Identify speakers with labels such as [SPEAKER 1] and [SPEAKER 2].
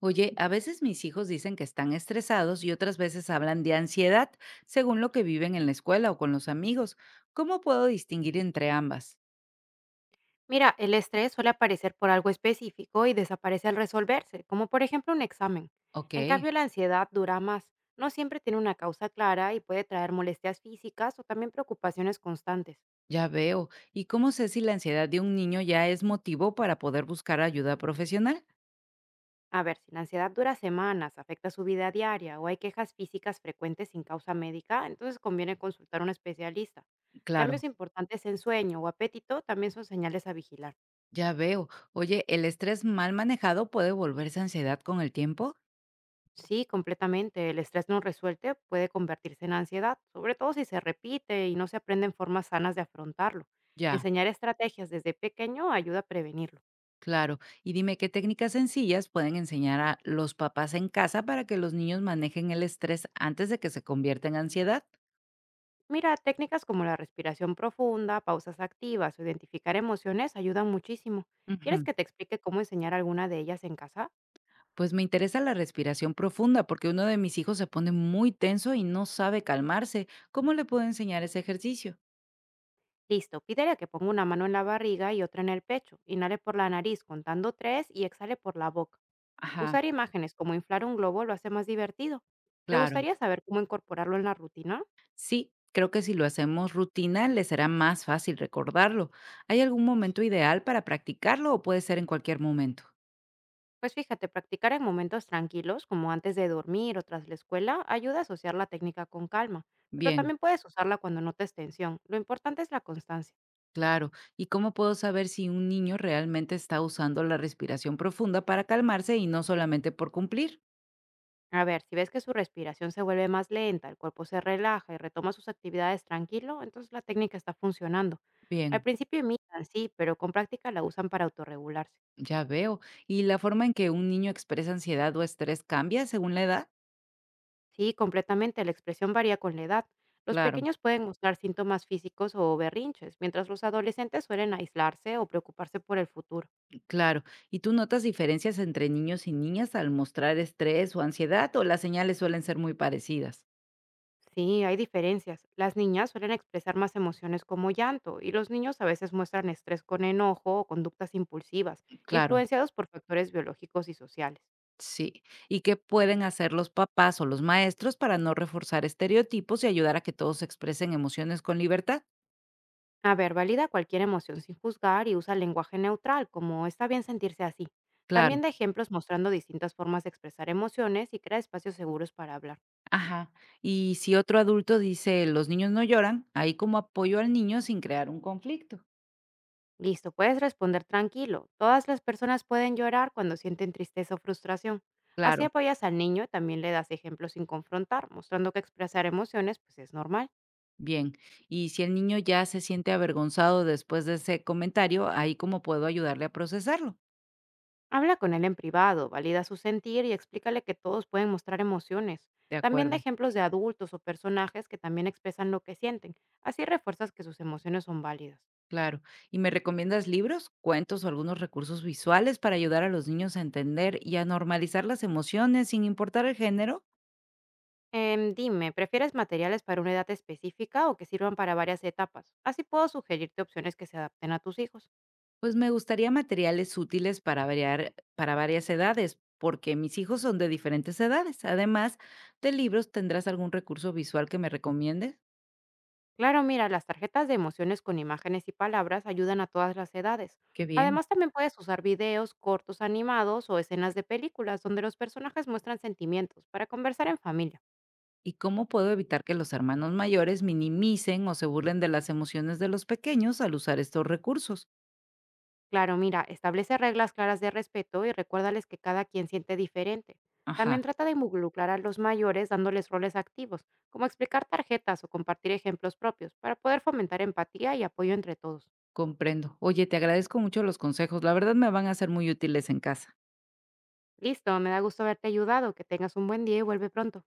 [SPEAKER 1] Oye, a veces mis hijos dicen que están estresados y otras veces hablan de ansiedad, según lo que viven en la escuela o con los amigos. ¿Cómo puedo distinguir entre ambas?
[SPEAKER 2] Mira, el estrés suele aparecer por algo específico y desaparece al resolverse, como por ejemplo un examen.
[SPEAKER 1] Ok,
[SPEAKER 2] En cambio, la ansiedad dura más. No siempre tiene una causa clara y puede traer molestias físicas o también preocupaciones constantes.
[SPEAKER 1] ya veo. ¿Y cómo sé si la ansiedad de un niño ya es motivo para poder buscar ayuda profesional?
[SPEAKER 2] A ver, si la ansiedad dura semanas, afecta su vida diaria o hay quejas físicas frecuentes sin causa médica, entonces conviene consultar a un especialista.
[SPEAKER 1] Claro,
[SPEAKER 2] Cambios importantes en sueño o apetito también son señales a vigilar.
[SPEAKER 1] ya veo. Oye, ¿el estrés mal manejado puede volverse ansiedad con el tiempo?
[SPEAKER 2] Sí, completamente. El estrés no resuelto puede convertirse en ansiedad, sobre todo si se repite y no se aprenden formas sanas de afrontarlo.
[SPEAKER 1] Ya,
[SPEAKER 2] Enseñar estrategias desde pequeño ayuda a prevenirlo.
[SPEAKER 1] claro. Y dime qué técnicas sencillas pueden enseñar a los papás en casa para que los niños manejen el estrés antes de que se convierta en ansiedad.
[SPEAKER 2] Mira, técnicas como la respiración profunda, pausas activas o identificar emociones ayudan muchísimo. ¿Quieres
[SPEAKER 1] Ujú.
[SPEAKER 2] que te explique cómo enseñar alguna de ellas en casa?
[SPEAKER 1] Pues me interesa la respiración profunda porque uno de mis hijos se pone muy tenso y no sabe calmarse. ¿Cómo le puedo enseñar ese ejercicio?
[SPEAKER 2] Listo, pídele a que ponga una mano en la barriga y otra en el pecho. Inhale por la nariz contando 3 y exhale por la boca.
[SPEAKER 1] Ajá,
[SPEAKER 2] Usar imágenes como inflar un globo lo hace más divertido. ¿Te
[SPEAKER 1] claro.
[SPEAKER 2] gustaría saber cómo incorporarlo en la rutina?
[SPEAKER 1] Sí, creo que si lo hacemos rutina le será más fácil recordarlo. ¿Hay algún momento ideal para practicarlo o puede ser en cualquier momento?
[SPEAKER 2] Pues fíjate, practicar en momentos tranquilos, como antes de dormir o tras la escuela, ayuda a asociar la técnica con calma, pero
[SPEAKER 1] Bien,
[SPEAKER 2] también puedes usarla cuando notes tensión. Lo importante es la constancia.
[SPEAKER 1] claro. ¿Y cómo puedo saber si un niño realmente está usando la respiración profunda para calmarse y no solamente por cumplir?
[SPEAKER 2] A ver, si ves que su respiración se vuelve más lenta, el cuerpo se relaja y retoma sus actividades tranquilo, entonces la técnica está funcionando. Al
[SPEAKER 1] Bien.
[SPEAKER 2] principio imitan, sí, pero con práctica la usan para autorregularse.
[SPEAKER 1] Ya veo. ¿Y la forma en que un niño expresa ansiedad o estrés cambia según la edad?
[SPEAKER 2] Sí, completamente. La expresión varía con la edad. Los
[SPEAKER 1] Claro,
[SPEAKER 2] pequeños pueden mostrar síntomas físicos o berrinches, mientras los adolescentes suelen aislarse o preocuparse por el futuro.
[SPEAKER 1] claro. ¿Y tú notas diferencias entre niños y niñas al mostrar estrés o ansiedad o las señales suelen ser muy parecidas?
[SPEAKER 2] Sí, hay diferencias. Las niñas suelen expresar más emociones como llanto y los niños a veces muestran estrés con enojo o conductas impulsivas,
[SPEAKER 1] Claro,
[SPEAKER 2] influenciados por factores biológicos y sociales.
[SPEAKER 1] sí. ¿Y qué pueden hacer los papás o los maestros para no reforzar estereotipos y ayudar a que todos expresen emociones con libertad?
[SPEAKER 2] A ver, valida cualquier emoción sin juzgar y usa lenguaje neutral, como está bien sentirse así. También
[SPEAKER 1] Claro.
[SPEAKER 2] da ejemplos mostrando distintas formas de expresar emociones y crea espacios seguros para hablar.
[SPEAKER 1] Ajá. Y si otro adulto dice los niños no lloran, ahí como apoyo al niño sin crear un conflicto.
[SPEAKER 2] Listo, puedes responder tranquilo. Todas las personas pueden llorar cuando sienten tristeza o frustración. Así
[SPEAKER 1] Claro.
[SPEAKER 2] apoyas al niño y también le das ejemplos sin confrontar, mostrando que expresar emociones pues es normal.
[SPEAKER 1] Bien, y si el niño ya se siente avergonzado después de ese comentario, ahí cómo puedo ayudarle a procesarlo.
[SPEAKER 2] Habla con él en privado, valida su sentir y explícale que todos pueden mostrar emociones.
[SPEAKER 1] De
[SPEAKER 2] También da
[SPEAKER 1] acuerdo,
[SPEAKER 2] ejemplos de adultos o personajes que también expresan lo que sienten. Así refuerzas que sus emociones son válidas.
[SPEAKER 1] claro. ¿Y me recomiendas libros, cuentos o algunos recursos visuales para ayudar a los niños a entender y a normalizar las emociones sin importar el género?
[SPEAKER 2] Dime, ¿prefieres materiales para una edad específica o que sirvan para varias etapas? Así puedo sugerirte opciones que se adapten a tus hijos.
[SPEAKER 1] Pues me gustaría materiales útiles para variar, para varias edades, porque mis hijos son de diferentes edades. Además de libros, ¿tendrás algún recurso visual que me recomiendes?
[SPEAKER 2] Claro, mira, las tarjetas de emociones con imágenes y palabras ayudan a todas las edades.
[SPEAKER 1] Qué bien.
[SPEAKER 2] Además, también puedes usar videos, cortos animados o escenas de películas donde los personajes muestran sentimientos para conversar en familia.
[SPEAKER 1] ¿Y cómo puedo evitar que los hermanos mayores minimicen o se burlen de las emociones de los pequeños al usar estos recursos?
[SPEAKER 2] Claro, mira, establece reglas claras de respeto y recuérdales que cada quien siente diferente.
[SPEAKER 1] Ajá,
[SPEAKER 2] También trata de involucrar a los mayores dándoles roles activos, como explicar tarjetas o compartir ejemplos propios, para poder fomentar empatía y apoyo entre todos.
[SPEAKER 1] comprendo. Oye, te agradezco mucho los consejos. La verdad me van a ser muy útiles en casa.
[SPEAKER 2] Listo, me da gusto haberte ayudado, que tengas un buen día y vuelve pronto.